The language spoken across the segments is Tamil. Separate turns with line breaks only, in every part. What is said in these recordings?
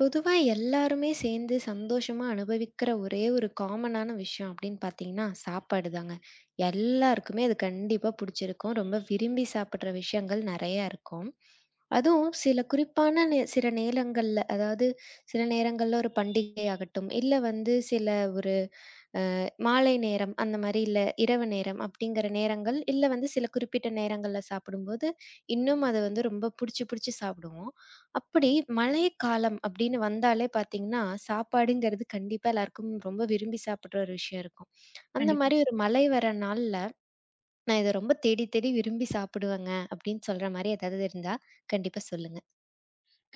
பொதுவா எல்லாருமே சேர்ந்து சந்தோஷமா அனுபவிக்கிற ஒரே ஒரு காமனான விஷயம் அப்படின்னு பார்த்தீங்கன்னா, சாப்பாடு தாங்க. எல்லாருக்குமே அது கண்டிப்பா புடிச்சிருக்கும். ரொம்ப விரும்பி சாப்பிடுற விஷயங்கள் நெறையா இருக்கும். அதுவும் சில குறிப்பான சில நேரங்கள்ல, அதாவது சில நேரங்கள்ல ஒரு பண்டிகை ஆகட்டும், இல்ல வந்து சில ஒரு மாலை நேரம் அந்த மாரி இல்ல, இரவு நேரம் அப்படிங்கிற நேரங்கள், இல்ல வந்து சில குறிப்பிட்ட நேரங்கள்ல சாப்பிடும்போது, இன்னும் அத வந்து ரொம்ப புடிச்சு புடிச்சு சாப்பிடுவோம். அப்படி மழைக்காலம் அப்படின்னு வந்தாலே பார்த்தீங்கன்னா, சாப்பாடுங்கிறது கண்டிப்பா எல்லாருக்கும் ரொம்ப விரும்பி சாப்பிடுற ஒரு விஷயம் இருக்கும். அந்த
கண்டிப்பா.
மாரி ஒரு மழை வர நாள்ல, நான் இத ரொம்ப தேடி தேடி விரும்பி சாப்பிடுவேங்க அப்படின்னு சொல்ற மாரி ஏதாவது இருந்தா கண்டிப்பா சொல்லுங்க.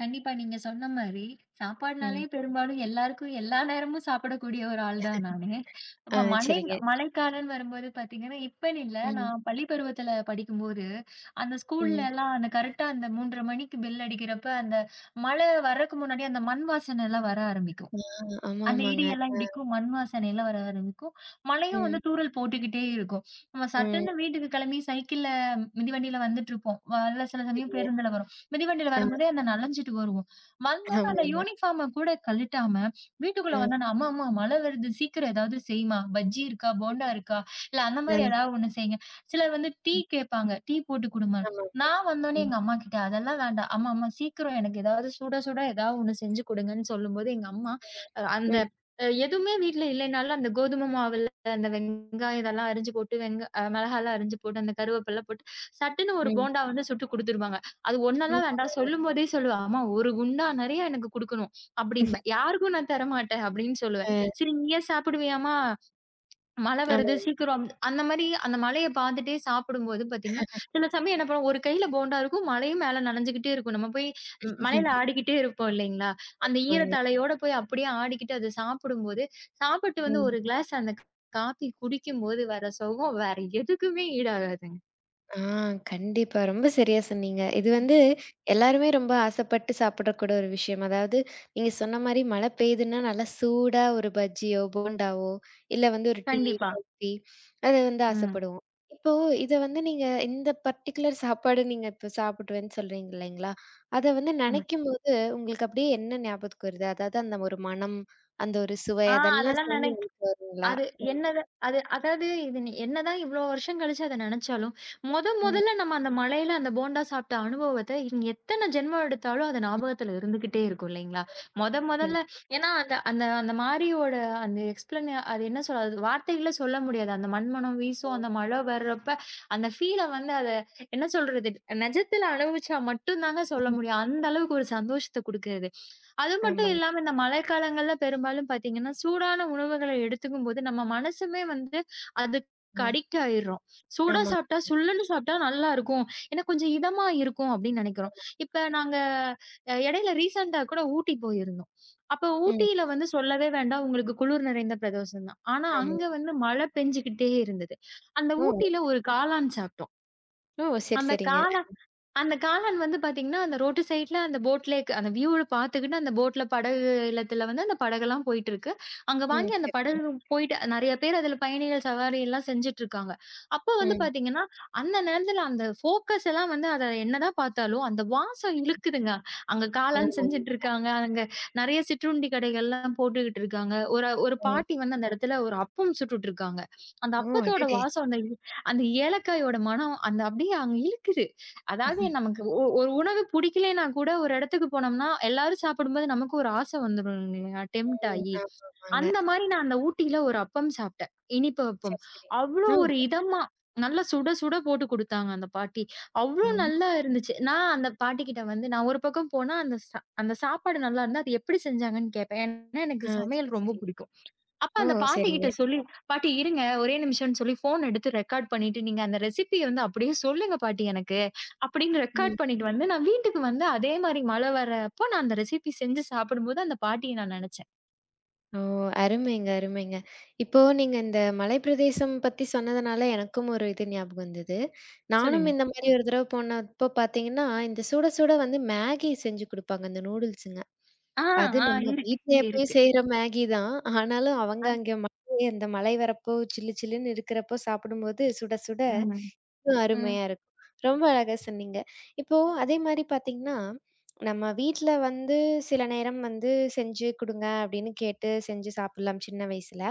கண்டிப்பா. நீங்க சொன்ன மாரி, சாப்பாடுனாலே
ம்.
பெரும்பாலும் எல்லாருக்கும் எல்லா நேரமும் சாப்பிடக்கூடிய ஒரு ஆள் தான் நானு.
ஆ
அப்ப மழை
சரிங்க.
மழைக்காலம்ன்னு வரும்போது பார்த்தீங்கன்னா, இப்பன்னு இல்ல.
ம்.
நான் பள்ளி பருவத்தில படிக்கும்போது, அந்த
ம்.
ஸ்கூல்லலாம் அந்த கரெக்ட்டா அந்த 3:30 மணிக்கு பெல் அடிக்கிறப்ப, அந்த மழை வர்றக்கு முன்னாடியே அந்த மண் வாசனைலாம் வர ஆரம்பிக்கும்.
ஆ ஆமா,
அந்த இடி
ஆமாங்க.
எல்லாம் இடிக்கும். மண் வாசனை எல்லாம் வர ஆரம்பிக்கும். மழையும் வந்து
ம்.
தூறல் போட்டுக்கிட்டே இருக்கும். நம்ம
ம்.
சட்டுன்னு வீட்டுக்கு கிளம்பி மிதிவண்டியில வந்துட்டுருப்போம். வரல சில சமயம்
சரிங்க.
பேருந்துல வரும். மிதிவண்டியில
ஆ
வரும்போதே அந்த நனஞ்சுட்டு வருவோம். வந்தோனே அந்த
ஆமாமா.
யூனிஃபார்ம கூட கழட்டாம வீட்டுக்குள்ள
ஆ.
வந்தோனே, "அம்மா, அம்மா மழை வருது சீக்கிரம் ஏதாவது செய்யுமா? பஜ்ஜி இருக்கா? போண்டா இருக்கா? இல்ல அந்த மாரி
ஆ.
ஏதாவது ஒண்ணு செய்யுங்க." சிலர் வந்து டீ கேட்பாங்க. "டீ போட்டு குடுமா?"
ஆமாமா.
நான் வந்தோனே
ம்.
எங்க அம்மா கிட்ட, "அதெல்லாம் வேண்டாம். அம்மா, அம்மா சீக்கிரம் எனக்கு ஏதாவது சுட சுட ஏதாவது ஒண்ணு செஞ்சு குடுங்கன்னு" சொல்லும்போது, எங்க அம்மா அந்த
ம்.
அ எதுவுமே வீட்ல இல்லைனாலும், அந்த கோதுமை மாவுல அந்த வெங்காயம் இதெல்லாம் அரிஞ்சு போட்டு, வெங்க அ மிளகாலாம் அரிஞ்சு போட்டு, அந்த கருவேப்பில போட்டு, சட்டுன்னு ஒரு
ம்.
போண்டா வந்து சுட்டு குடுத்துருவாங்க. அது
ம்.
ஒண்ணெல்லாம்
ஆமா.
வேண்டாம் சொல்லும்போதே சொல்லுவா, "அம்மா 1 குண்டா நெறையா எனக்கு குடுக்கணும்" அப்படிம்பேன். "யாருக்கும் நான் தரமாட்டேன்" அப்படின்னு சொல்லுவேன்.
ஆ.
"சரி நீயே சாப்பிடுவியாம்மா? மழை
ஆமா.
வருது சீக்கிரம் அந்த மாரி அந்த மழைய பார்த்துட்டே சாப்பிடும்போது பார்த்தீங்கன்னா, சில சமயம் என்ன பண்ணுவோம், ஒரு கையில போண்டா இருக்கும். மழையும் மேல நனைஞ்சுகிட்டே இருக்கும். நம்ம போய் மழையில ஆடிக்கிட்டே இருப்போம் இல்லைங்களா? அந்த
ஆமாங்க.
ஈரத்தலையோட போய் அப்படியே ஆடிக்கிட்டு அத சாப்பிடும்போது, சாப்பிட்டு வந்து
ம்.
ஒரு கிளாஸ் அந்த காப்பி குடிக்கும்போது வர சுகம் வேற எதுக்குமே ஈடாகாதுங்க.
ஆ கண்டிப்பா. ரொம்ப சரியா சொன்னீங்க. இது வந்து எல்லாருமே ரொம்ப ஆசைப்பட்டு சாப்பிடக்கூட ஒரு விஷயம். அதாவது நீங்க சொன்ன மாரி மழை பெய்யுதுன்னா, நல்லா சூடா ஒரு பஜ்ஜியோ, போண்டாவோ, இல்ல வந்து ஒரு டீ,
கண்டிப்பா.
காஃபி அது வந்து
ம்.
ஆசைப்படுவோம். இப்போ இத வந்து நீங்க இந்த பர்ட்டிகுலர் சாப்பாடு நீங்க இப்ப சாப்பிடுவேன்னு சொல்றீங்க இல்லைங்களா? அத வந்து
ஆமா.
நினைக்கும்போது உங்களுக்கு அப்படியே என்ன ஞாபகத்துக்கு வருது? அதாவது அந்த ஒரு மனம், அந்த ஒரு சுவை
ஆ
அதெல்லாம்
அதெல்லாம் நெனை
சேர்ந்து வருங்களா?
அது என்னதான் அது அதாவது இது நீ என்னதான் இவ்ளோ வருஷம் கழிச்சு அத நெனச்சாலும், மொத
ம்.
மொதல்ல நம்ம அந்த மழையில அந்த போண்டா சாப்பிட்ட அனுபவத்த இனி எத்தன ஜென்மம் எடுத்தாலும் அது ஞாபகத்துல இருந்துகிட்டே இருக்கும் இல்லைங்களா? மொத
ம்.
மொதல்ல ஏன்னா அந்த அந்த அந்த மாரியோட அந்த எக்ஸ்பிளன் அது என்ன சொல்ல அது வார்த்தைகள்ல சொல்ல முடியாது. அந்த மண்மனம் வீசும், அந்த மழை வர்றப்ப, அந்த ஃபீல வந்து அத என்ன சொல்றது? நெஜத்துல அனுபவிச்சா மட்டும் தாங்க சொல்ல
ம்.
முடியும். அந்த அளவுக்கு ஒரு சந்தோஷத்த குடுக்குது. அது மட்டும்
ஆமாங்க.
இல்லாம இந்த மழைக்காலங்கள்ல பெரும்பாலும் பார்த்தீங்கன்னா, சூடான உணவுகள எடுத்துக்கும்போது நம்ம மனசுமே வந்து அதுக்கு
ம்.
அடிக்ட் ஆயிர்றோம். சூடா
ஆமா,
சாப்பிட்டா, சுல்லுன்னு சாப்பிட்டா நல்லாருக்கும். ஏன்னா கொஞ்சம் இதமா இருக்கும் அப்டின்னு நெனைக்கிறோம்.
ஆமா.
இப்ப நாங்க இடையில ரீசென்ட்டா கூட ஊட்டி போயிருந்தோம். அப்ப
ம்.
ஊட்டியில வந்து சொல்லவே வேண்டாம். உங்களுக்கு குளிர் நிறைந்த பிரதேசம் தான். ஆனா
ஆமா.
அங்க வந்து மழை பெஞ்சுகிட்டே இருந்தது. அந்த
ஓ!
ஊட்டியில ஒரு காளான் சாப்பிட்டோம்.
ஓ! சரி,
அந்த
சரிங்க.
காளான் அந்த காளான் வந்து பார்த்தீங்கன்னா, அந்த ரோட்டு சைட்ல அந்த போட்லயே க் அந்த வியூவ பார்த்துக்கிட்டு அந்த போட்ல படகு இல்லத்துல வந்து அந்த படகெல்லாம் போயிட்டுருக்கு. அங்க
ம்.
வாங்கி அந்த
சரிங்க.
படகு போயிட்டு நெறைய பேர் அதுல பயணிகள் சவாரி எல்லாம் செஞ்சுட்டுருக்காங்க. அப்போ வந்து
ம்.
பார்த்தீங்கன்னா, அந்த நேரத்துல அந்த ஃபோக்கஸ் எல்லாம் வந்து அத என்னதான் பார்த்தாலும், அந்த வாசம் இழுக்குதுங்க. அங்க காளான்
ஆமா.
செஞ்சுட்டுருக்காங்க. அங்க நெறைய சிற்றுண்டி கடைகள்லாம் போட்டுக்கிட்டு இருக்காங்க. ஒரு ஒரு
ம்.
பாட்டி வந்து அந்த இடத்துல ஒரு அப்பம் சுட்டுட்டுருக்காங்க. அந்த
ஓ!
அப்பத்தோட
அடடே!
வாசம் அந்த அந்த ஏலக்காயோட மணம் அந்த அப்படியே அங்க இழுக்குது. அதாவது
ம்.
நமக்கு ஒரு உணவு பிடிக்கலைன்னா கூட ஒரு இடத்துக்கு போனோம்னா, எல்லாரும் சாப்பிடும்போது நமக்கு ஒரு ஆசை வந்துரும் இல்லையா? டெம்ப்ட் ஆயி.
ஆமாமாங்க.
அந்த மாரி நான் அந்த ஊட்டியில ஒரு அப்பம் சாப்பிட்டேன். இனிப்பு அப்பம்.
சரி, சரிங்க.
அவ்ளோ ஒரு
ஆ.
இதமா, நல்லா சுட சுட போட்டு குடுத்தாங்க அந்த பாட்டி. அவ்ளோ
ஓ!
நல்லா இருந்துச்சு. நான் அந்த பாட்டிகிட்ட வந்து நான் ஒரு பக்கம் போனா அந்த சாப்பாடு நல்லா இருந்தா, அது எப்படி செஞ்சாங்கன்னு கேட்பேன். ஏன்னா எனக்கு
ஆ
சமையல்
சரி,
ரொம்ப
சரிங்க.
பிடிக்கும். அப்ப
ஓ!
அந்த
சரிங்க.
பாட்டிகிட்ட சொல்லி, "பாட்டி இருங்க, ஒரே நிமிஷம்னு சொல்லி ஃபோன் எடுத்து ரெக்கார்ட் பண்ணிட்டு, நீங்க அந்த ரெசிபிய வந்து அப்படியே சொல்லுங்க பாட்டி எனக்கு." அப்படின்னு
ம்.
ரெக்கார்ட் பண்ணிட்டு வந்து, நான் வீட்டுக்கு வந்து அதே மாரி மழை வரப்போ, நான் அந்த ரெசிபி செஞ்சு சாப்பிடும்போது, அந்த பாட்டிய நான் நெனச்சேன்.
ஓ! அருமைங்க, அருமைங்க. இப்போ நீங்க இந்த மலைப்பிரதேசம் பத்தி சொன்னதுனால எனக்கும் ஒரு இது ஞாபகம் வந்தது. நானும்
சொல்லுங்க.
இந்த மாரி ஒரு தடவ போனப்போ பார்த்தீங்கன்னா, இந்த சுட சுட வந்து மேகி செஞ்சு குடுப்பாங்க, இந்த நூடுல்ஸுங்க.
ஆ,
அது
ஆ.
நம்ம
இருக்கு,
வீட்ல
இருக்கு.
எப்பயும் செய்ற மேகி தான். ஆனாலும் அவங்க
அ,
அங்க மழை அந்த மழை வரப்போ சில்லு சில்லுன்னு இருக்கிறப்போ சாப்பிடும்போது சுட சுட
ம்.
இன்னும்
ம்.
அருமையா இருக்கும். ரொம்ப அழகா சொன்னீங்க. இப்போ அதே மாரி பார்த்தீங்கன்னா, நம்ம வீட்ல வந்து சில நேரம் வந்து செஞ்சு குடுங்க அப்படின்னு கேட்டு செஞ்சு சாப்பிடலாம் சின்ன வயசுல.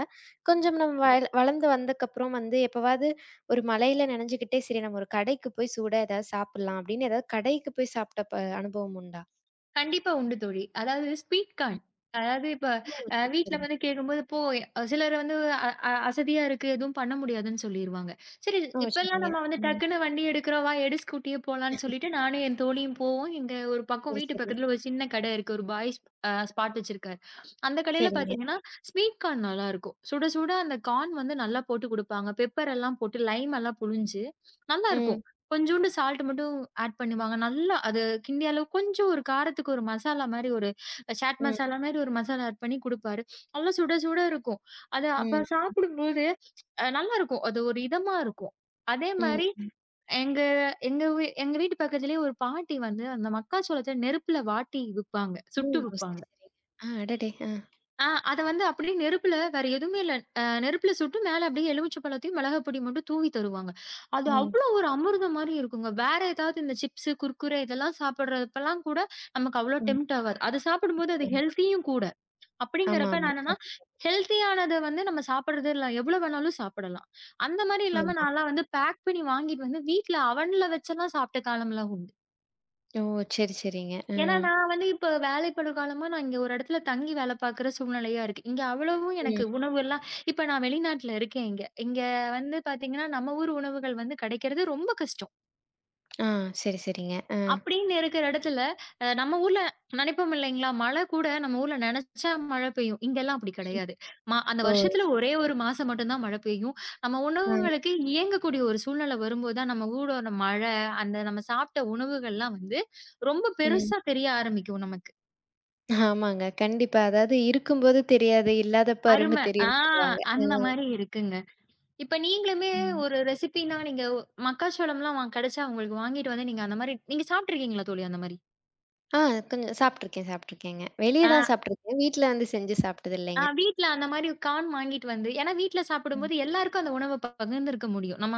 கொஞ்சம் நம்ம வள வளர்ந்து வந்தக்கப்புறம் வந்து எப்பவாவது ஒரு மழையில நனைஞ்சுக்கிட்டே சரி நம்ம ஒரு கடைக்கு போய் சூடா ஏதாவது சாப்பிடலாம் அப்படின்னு ஏதாவது கடைக்கு போய் சாப்பிட்ட அனுபவம் உண்டா?
கண்டிப்பா உண்டு தோழி. அதாவது ஸ்வீட்
ம்.
கார்ன். அதாவது இப்ப
ஓ! சரி,
வீட்ல
சரிங்க.
வந்து கேட்கும்போது போ சிலர் வந்து அ அ அசதியா இருக்கு. எதுவும் பண்ண முடியாதுன்னு சொல்லிருவாங்க. சரி
ஓ!
இப்பல்லாம்
சரிங்க.
நம்ம வந்து
ம்.
டக்குன்னு வண்டி எடுக்கிறோம். வா எடு ஸ்கூட்டியே போலான்னு சொல்லிட்டு நானும் என் தோழியும் போவோம். எங்க ஒரு பக்கம்
சரி,
வீட்டு
சரி.
பக்கத்துல ஒரு சின்ன கடை இருக்கு. ஒரு பாய்ஸ் ஸ்பாட் வச்சிருக்காரு. அந்த கடையில
சரிங்க.
பார்த்தீங்கன்னா, ஸ்வீட் கார்ன் நல்லா இருக்கும். சுட சுட அந்த கார்ன் வந்து நல்லா போட்டு குடுப்பாங்க. பெப்பர் எல்லாம் போட்டு லைம் எல்லாம் புழிஞ்சு நல்லாருக்கும்.
ம்.
கொஞ்சூண்டு சால்ட் மட்டும் ஆட் பண்ணுவாங்க. நல்லா அது கிண்டிய அளவு கொஞ்சம் ஒரு காரத்துக்கு ஒரு மசாலா மாரி ஒரு சாட்
ம்.
மசாலா மாரி ஒரு மசாலா ஆட் பண்ணி குடுப்பாரு. நல்லா சுட சுட இருக்கும். அது அப்ப
ம்.
சாப்பிடும்போது நல்லாருக்கும். அது ஒரு இதமா இருக்கும். அதே
ம்.
மாரி
ம்.
எங்க எங்க வீ எங்க வீட்டு பக்கத்திலேயே ஒரு பாட்டி வந்து அந்த மக்காச்சோளத்த நெருப்புல வாட்டி விப்பாங்க.
ஓ!
சுட்டு
சரி,
விப்பாங்க.
சரிங்க. ஆ அடடே! ஆ.
ஆ அத வந்து அப்படியே நெருப்புல வேற எதுவுமே இல்ல. நெருப்புல சுட்டு மேல அப்படியே எலுமிச்சை பழத்தையும், மிளகாய் பொடி மட்டும் தூவி தருவாங்க. அது
ம்.
அவ்ளோ
சரி,
ஒரு
சரி.
அமிர்தம் மாரி இருக்குங்க. வேற ஏதாவது இந்த சிப்ஸ், குர்குரே இதெல்லாம் சாப்பிடுறப்பலாம் கூட நமக்கு அவ்ளோ
ம்.
டெம்ப்ட் ஆகாது. அது சாப்பிடும்போது அது
ஆமா.
ஹெல்த்தியும் கூட.
ஆமா,
அப்படிங்கிறப்ப
ஆமா.
நான் என்னன்னா,
கண்டிப்பா.
ஹெல்த்தியானத வந்து நம்ம சாப்பிடுறது இல்ல. எவ்வளோ வேணாலும் சாப்பிடலாம். அந்த மாரி இல்லாம
ஆமா.
நான்லாம் வந்து பேக் பண்ணி வாங்கிட்டு வந்து வீட்ல அவன்ல வச்செல்லாம் சாப்பிட்ட காலம்லாம் உண்டு.
ஓ! சரி, சரிங்க. ஆ.
ஏன்னா, நான் வந்து இப்ப வேலைப்பளு காலமா நான் இங்க ஒரு இடத்துல தங்கி வேலை பார்க்குற சூழ்நிலையா இருக்கு. இங்க அவ்வளவும்
ம்.
எனக்கு உணவுலாம் இப்ப நான் வெளிநாட்ல இருக்கேன் இங்க. இங்க வந்து பார்த்தீங்கன்னா, நம்ம ஊர் உணவுகள் வந்து கிடைக்கிறது ரொம்ப கஷ்டம்.
ஆ. சரி, சரிங்க. ஆ.
அப்படின்னு இருக்கிற இடத்துல, நம்ம ஊர்ல நினைப்போம் இல்லைங்களா? மழை கூட நம்ம ஊர்ல நினைச்சா மழை பெய்யும். இங்கெல்லாம் அப்படி கிடையாது. அந்த
ஓ!
வருஷத்துல
சரி.
ஒரே 1 மாசம் மட்டும் தான் மழை பெய்யும். நம்ம
ஆ.
உணவுகளுக்கு இயங்கக்கூடிய ஒரு சூழ்நிலை வரும்போது தான், நம்ம ஊரோட மழை, அந்த நம்ம சாப்பிட்ட உணவுகள்லாம் வந்து ரொம்ப
ம்.
பெருசா தெரிய ஆரம்பிக்கும் நமக்கு.
ஆமாங்க. கண்டிப்பா. அதாவது இருக்கும்போது தெரியாது, இல்லாதப்ப அரும
அரும. ஆ
தெரியும்னு சொல்லுவாங்க. அ.
அந்த மாரி இருக்குங்க. இப்ப நீங்களுமே
ம்.
ஒரு ரெசிபின்னா நீங்க மக்காச்சோளம்லாம் வா கிடைச்சா உங்களுக்கு வாங்கிட்டு வந்து நீங்க அந்த மாரி நீங்க சாப்ட்டுருக்கீங்களா தோழி அந்த மாரி?
ஆ கொஞ்சம் சாப்ட்டுருக்கேன், சாப்ட்டுருக்கேங்க. வெளிய தான்
ஆ,
சாப்ட்டுருக்கேன். வீட்ல வந்து செஞ்சு சாப்ட்டது
ஆ
இல்லைங்க.
வீட்ல அந்த மாரி கார்ன் வாங்கிட்டு வந்து ஏன்னா வீட்ல
ம்.
சாப்பிடும்போது எல்லாருக்கும் அந்த உணவ பகிர்ந்திருக்க முடியும். நம்ம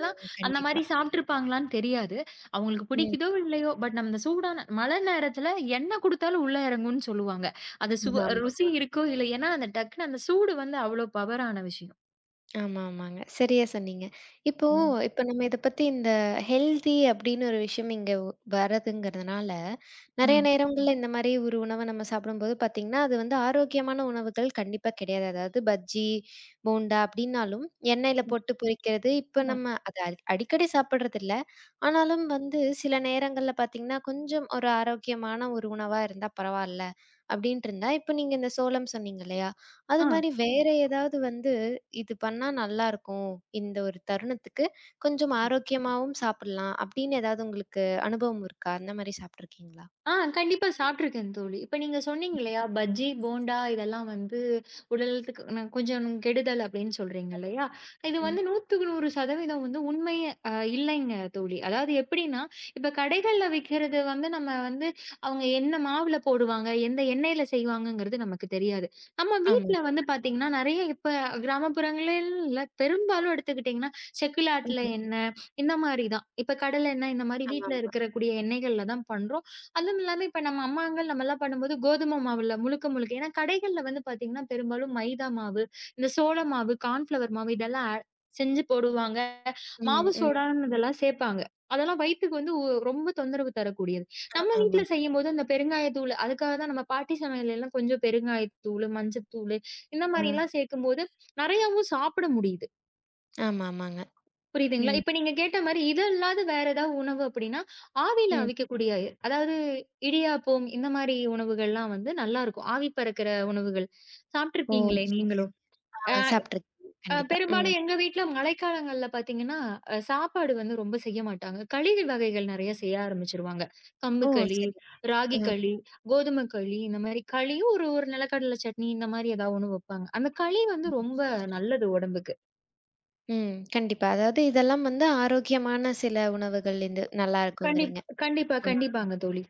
ஆ,
அந்த மாரி
கண்டிப்பா.
சாப்ட்டுருப்பாங்களான்னு தெரியாது. அவங்களுக்கு
ம்.
பிடிக்குதோ இல்லையோ, பட் நம்ம இந்த சூடான மழை நேரத்துல என்ன குடுத்தாலும் உள்ள இறங்கும்னு சொல்லுவாங்க. அது
ஆமா.
ருசி இருக்கோ இல்ல ஏன்னா அந்த டக்குனு அந்த சூடு வந்து அவ்ளோ பவரான விஷயம்.
ஆமா, ஆமாங்க. சரியா சொன்னீங்க. இப்போ
ம்,
இப்ப நம்ம இத பத்தி இந்த ஹெல்தி அப்படின்னு ஒரு விஷயம் இங்க வரதுங்கிறதுனால, நெறைய ம்.
ம்.
நேரங்கள்ல இந்த மாரி ஒரு உணவ நம்ம சாப்பிடும்போது பார்த்தீங்கன்னா, அது வந்து ஆரோக்கியமான உணவுகள் கண்டிப்பா கிடையாது. அதாவது பஜ்ஜி, போண்டா அப்படின்னாலும் எண்ணெயில போட்டு பொரிக்கிறது, இப்ப
அ,
நம்ம அத அடிக்கடி சாப்பிடுறதில்ல. ஆனாலும் வந்து சில நேரங்கள்ல பார்த்தீங்கன்னா, கொஞ்சம் ஒரு ஆரோக்கியமான ஒரு உணவா இருந்தா பரவால்ல அப்படின்ட்டு இருந்தா, இப்ப நீங்க இந்த சோளம் சொன்னீங்க இல்லையா? அது
ஆ.
மாரி வேற ஏதாவது வந்து இது பண்ணா நல்லாருக்கும். இந்த ஒரு தருணத்துக்கு கொஞ்சம் ஆரோக்கியமாவும் சாப்பிடலாம் அப்படின்னு ஏதாவது உங்களுக்கு அனுபவம் இருக்கா? அந்த மாரி சாப்ட்டுருக்கீங்களா?
ஆ கண்டிப்பா சாப்ட்டுருக்கேன் தோழி. இப்ப நீங்க சொன்னீங்க இல்லையா? பஜ்ஜி, போண்டா இதெல்லாம் வந்து உடல் நலத்துக்கு கொஞ்சம் கெடுதல் அப்படின்னு சொல்றீங்க இல்லையா? இது
ம்.
வந்து 100க்கு 100% வந்து உண்மையே இல்லைங்க தோழி. அதாவது எப்படின்னா, இப்ப கடைகள்ல விக்கிறது வந்து நம்ம வந்து அவங்க என்ன மாவுல போடுவாங்க, எந்த எண்ணெயில செய்வாங்கங்கிறது நமக்கு தெரியாது. நம்ம
ஆமா.
வீட்ல வந்து பாத்தீங்கன்னா, நெறைய இப்ப கிராமப்புறங்களில் இல்ல, பெரும்பாலும் எடுத்துக்கிட்டீங்கன்னா, செக்குல ஆட்டுல
ம்.
எண்ணெய் இந்த மாரி தான். இப்ப கடலை எண்ணெய் இந்த மாரி வீட்ல
ஆமாமா.
இருக்கக்கூடிய எண்ணெய்கள்ல தான் பண்றோம். அதுவும் இல்லாம இப்ப நம்ம அம்மாங்கள் நம்மலாம் பண்ணும்போது கோதுமை மாவுல முழுக்க முழுக்க ஏன்னா கடைகள்ல வந்து பாத்தீங்கன்னா, பெரும்பாலும் மைதா மாவு, இந்த சோள மாவு, கார்ன்ஃப்ளவர் மாவு இதெல்லாம் ஆட் செஞ்சு போடுவாங்க. மாவு
ம், ம்.
சோடான்னு இதெல்லாம் சேப்பாங்க. அதெல்லாம் வயித்துக்கு வந்து ரொம்ப தொந்தரவு தரக்கூடியது. நம்ம வீட்ல
ஆமாமா.
செய்யும்போது அந்த பெருங்காயத்தூள் அதுக்காக தான் நம்ம பாட்டி சமையல்ல எல்லாம் கொஞ்சம் பெருங்காயத்தூளு, மஞ்சத்தூளு இந்த
ஆ.
மாரிலாம் சேர்க்கும்போது நெறையாவும் சாப்பிட முடியுது.
ஆமாமாங்க.
புரியுதுங்களா?
ம்,
இப்ப நீங்க கேட்ட மாரி இது இல்லாத வேற ஏதாவது உணவு அப்படின்னா, ஆவியில
ம்.
அவிக்கக்கூடிய அதாவது இடியாப்பம் இந்த மாரி உணவுகள்லாம் வந்து நல்லாருக்கும். ஆவி பறக்கிற உணவுகள்.
ஓ!
சாப்ட்டுருப்பீங்களே
சரி, சரி.
நீங்களும். அ
ஆ சாப்ட்டுருக்கீங்க.
அ
கண்டிப்பா. ம்.
பெரும்பாலும் எங்க வீட்ல மழைக்காலங்கள்ல பார்த்தீங்கன்னா, சாப்பாடு வந்து ரொம்ப செய்ய மாட்டாங்க. களி வகைகள் நெறைய செய்ய ஆரம்பிச்சுருவாங்க. கம்பு
ஓ!
களி,
சரி.
ராகி
ஆ.
களி, கோதுமை களி இந்த மாரி களியும் ஒரு ஒரு நிலக்கடலை சட்னி இந்த மாரி ஏதாவது ஒண்ணு வப்பாங்க. அந்த களி வந்து
ம்.
ரொம்ப
சரி, சரி.
நல்லது உடம்புக்கு.
ம். கண்டிப்பா. அதாவது இதெல்லாம் வந்து ஆரோக்கியமான சில உணவுகள் இது
கண்டிப்
நல்லாருக்குங்கிறீங்க.
கண்டிப்பா,
ஆ.
கண்டிப்பாங்க தோழி.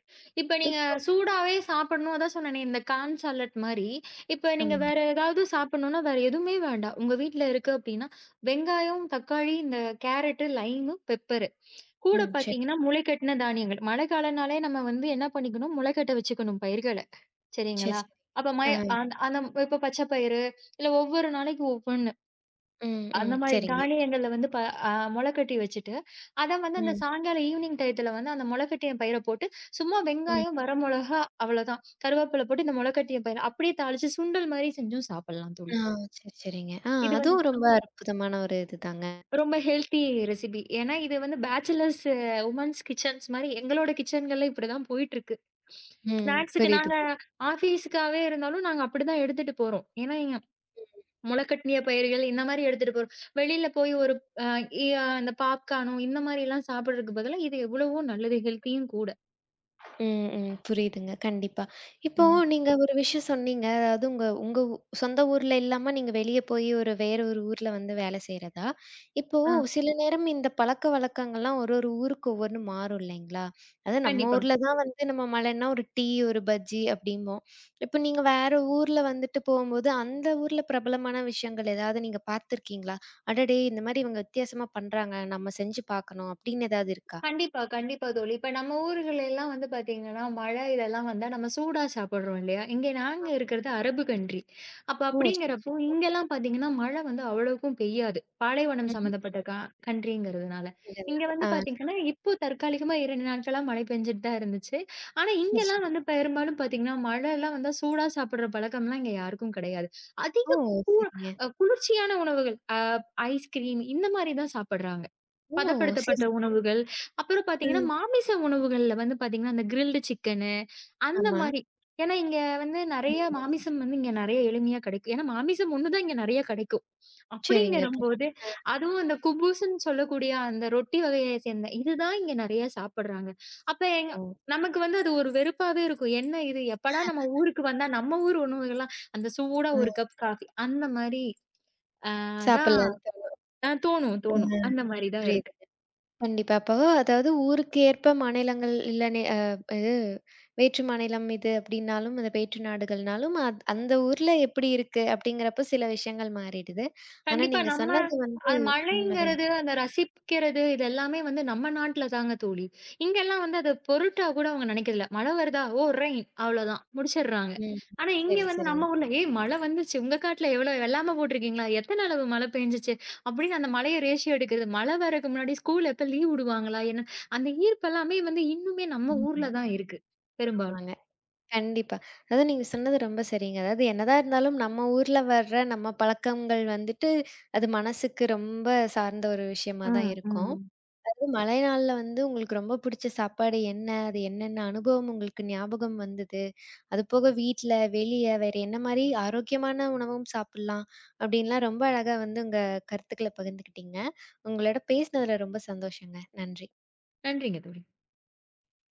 இப்ப நீங்க
இப்போ
சூடாவே சாப்பிடணும், அதான் சொன்னேனே இந்த கார்ன் சாலட் மாரி. இப்ப நீங்க
ஆமா.
வேற ஏதாவது சாப்பிடணும்னா, வேற எதுவுமே வேண்டாம். உங்க வீட்ல இருக்கு அப்டின்னா, வெங்காயம், தக்காளி, இந்த கேரட், லைமு, பெப்பரு. கூட
ம். சரி,
பார்த்தீங்கன்னா, முளைக்கட்டின தானியங்கள். மழைக்காலம்னாலே நம்ம வந்து என்ன பண்ணிக்கணும், முளைக்கட்ட வச்சுக்கணும் பயிர்கள.
சரி,
சரிங்களா?
சரி.
அப்ப மய
ஆ.
அந் அந்த இப்ப பச்சை பயிறு, இல்ல ஒவ்வொரு நாளைக்கு ஒவ்வொன்னு.
ம்,
அந்த
ம்.
மாரி
சரிங்க.
தானியங்கள்ல வந்து ப அ மொள கட்டி வச்சுட்டு, அத வந்து அந்த
ம்,
சாயங்காலம் ஈவ்னிங் டயத்துல வந்து அந்த மொள கட்டிய பயிர போட்டு, சும்மா
ம்.
வெங்காயம், வரமொளகா அவ்வளோதான். கருவேப்பில போட்டு இந்த மொள கட்டிய பயிர அப்படியே தாளிச்சு சுண்டல் மாரி செஞ்சும் சாப்பிடலாம் தோழி.
ஆ சரி, சரிங்க. ஆ
இது வந்து
அதுவும் ரொம்ப அற்புதமான ஒரு இதுதாங்க.
ரொம்ப ஹெல்த்தி ரெசிபி. ஏன்னா இது வந்து பேச்சுலர்ஸ் உமன்ஸ் கிச்சன்ஸ் மாரி எங்களோட கிச்சன்கள்ல இப்படிதான் போயிட்டுருக்கு.
ம்.
ஸ்நாக்ஸுக்கு
புரியுது.
நாங்க ஆஃபீஸுக்காவே இருந்தாலும் நாங்க அப்படிதான் எடுத்துட்டு போறோம். ஏன்னா எங்க முளைக்கட்னிய பயிர்கள் இந்த மாரி எடுத்துட்டு போறோம். வெளியில போய் ஒரு அ இ அ அந்த பாப்கார்னோ இந்த மாரிலாம் சாப்பிடுறதுக்கு பதிலா, இது எவ்வளவோ நல்லது. ஹெல்த்தியும் கூட.
ம், ம். புரியுதுங்க. கண்டிப்பா. இப்போ
ம்.
நீங்க ஒரு விஷயம் சொன்னீங்க. அதாவது உங்க உங்க சொந்த ஊர்ல இல்லாம நீங்க வெளிய போய் ஒரு வேற ஒரு ஊர்ல வந்து வேலை செய்றதா? இப்போ
ஆ
சில நேரம் இந்த பழக்கவழக்கங்கள்லாம் ஒரு ஒரு ஊருக்கு ஒவ்வொன்னு மாறும் இல்லைங்களா? அதாவது நம்ம
கண்டிப்பா.
ஊர்ல தான் வந்து நம்ம மழைன்னா ஒரு டீ, ஒரு பஜ்ஜி அப்டிம்போம். இப்போ நீங்க வேற ஊர்ல வந்துட்டு போம்போது, அந்த ஊர்ல பிரபலமான விஷயங்கள் ஏதாவது நீங்க பார்த்துருக்கீங்களா? அடடே! இந்த மாரி இவங்க வித்தியாசமா பண்றாங்க. நம்ம செஞ்சு பார்க்கணும் அப்டின்னு ஏதாவது இருக்கா?
கண்டிப்பா, கண்டிப்பா தோழி. இப்ப நம்ம ஊர்களெல்லாம் வந்து பாத்தீங்கன்னா, மழை இதெல்லாம் வந்தா நம்ம சூடா சாப்பிடுறோம் இல்லையா? இங்க நாங்க இருக்கிறது அரபு கன்ட்ரி. அப்ப
ஓ! சரி,
அப்படிங்கிறப்போ,
சரிங்க.
இங்கெல்லாம் பாத்தீங்கன்னா மழை வந்து அவ்வளவுக்கும் பெய்யாது. பாலைவனம்
ம்.
சம்மந்தப்பட்ட கன்ட்ரிங்கிறதுனால. இங்க
இதனால.
வந்து
ஆ.
பாத்தீங்கன்னா, இப்போ தற்காலிகமா 2 நாட்களா மழை பெஞ்சுட்டு தான் இருந்துச்சு. ஆனா,
சரி, சரி.
இங்கெல்லாம் வந்து பெரும்பாலும் பாத்தீங்கன்னா, மழைலாம் வந்தா சூடா சாப்பிடுற பழக்கம்லாம் இங்க யாருக்கும் கிடையாது.
ஓ!
அதிக கு
சரிங்க.
அ குளிர்ச்சியான உணவுகள், ஐஸ்கிரீம் இந்த மாரி தான் சாப்பிடுறாங்க.
ஓ! சரி.
பதப்படுத்தப்பட்ட உணவுகள். அப்புறம் பார்த்தீங்கன்னா,
ம்.
மாமிச உணவுகள்ல வந்து பார்த்தீங்கன்னா, அந்த கிரில்டு சிக்கனு அந்த
ஆமா.
மாரி. ஏன்னா இங்க வந்து நெறைய
ம்.
மாமிசம் வந்து இங்க நெறைய எளிமையா கிடைக்கும். ஏன்னா மாமிசம் 1 தான் இங்க நெறைய கிடைக்கும்.
சரிங்க.
அப்படிங்கிறம்போது,
புரியுது. ஆ,
அதுவும் அந்த குபூஸ்ன்னு சொல்லக்கூடிய அந்த ரொட்டி வகைய சேர்ந்த இதுதான் இங்க நெறைய சாப்படுறாங்க. அப்ப எங்க
ஓ!
நமக்கு வந்து அது ஒரு வெறுப்பாவே இருக்கும். என்ன இது எப்படா நம்ம ஊருக்கு வந்தா நம்ம ஊர் உணவுகள்லாம் அந்த சூடா
அ
1 கப் காஃபி அந்த மாரி அ தான்
சாப்பிடலான்னு தோணும்.
அ தோணும், தோணும்.
ம்.
அந்த மாரி தான் இருக்கு.
புரியுதுங்க. கண்டிப்பா. அப்போ அதாவது ஊருக்கு ஏற்ப மாநிலங்கள் இல்ல நே அ இது வேற்று மாநிலம் இது அப்டின்னாலும், அந்த வேற்று நாடுகள்னாலும், அந்த ஊர்ல எப்படி இருக்கு அப்படிங்கிறப்ப சில விஷயங்கள் மாறிடுது. ஆனா
கண்டிப்பா.
நீங்க சொன்னது வந்து
அது
உண்மதான்.
மழைங்கிறது, அந்த ரசிக்கிறது இது எல்லாமே வந்து நம்ம நாட்ல தாங்க தோழி. இங்கெல்லாம் வந்து அத பொருட்டா கூட அவங்க நினைக்கிறதில்ல. மழை வருதா? ஓ! ரெயின் அவ்வளோதான் முடிச்சிடுறாங்க.
ம்.
ஆனா இங்க
சரி,
வந்து
சரிங்க.
நம்ம ஊர்ல, "ஏய் மழை வந்துச்சு. உங்க காட்டுல எவ்வளோ வெள்ளாமை போட்டிருக்கீங்களா? எத்தன அளவு மழை பெஞ்சுச்சு?" அப்படின்னு அந்த மழைய ரேஷியோ எடுக்கிறது. மழை வர்றதுக்கு முன்னாடி ஸ்கூல் எப்ப லீவ் விடுவாங்களா? என்ன அந்த ஈர்ப்பு எல்லாமே வந்து இன்னுமே நம்ம ஊர்ல
ம்.
தான் இருக்கு பெரும்பாலும்.
ஆமாங்க. கண்டிப்பா. அதுவும் நீங்க சொன்னது ரொம்ப சரிங்க. அதாவது என்னதான் இருந்தாலும் நம்ம ஊர்ல வர்ற நம்ம பழக்கங்கள் வந்துட்டு, அது மனசுக்கு ரொம்ப சார்ந்த ஒரு விஷயமா தான்
ம்,
இருக்கும்.
ம்.
அதுவும் மழை நாள்ல வந்து உங்களுக்கு ரொம்ப பிடிச்ச சாப்பாடு என்ன? அது என்னென்ன அனுபவம் உங்களுக்கு ஞாபகம் வந்தது? அதுபோக வீட்ல, வெளிய வேற என்ன மாரி ஆரோக்கியமான உணவும் சாப்பிடலாம்? அப்படின்லாம் ரொம்ப அழகா வந்து உங்க கருத்துக்கள பகிர்ந்துக்கிட்டீங்க. உங்களோட பேசினதுல ரொம்ப சந்தோஷங்க. நன்றி.
நன்றிங்க தோழி.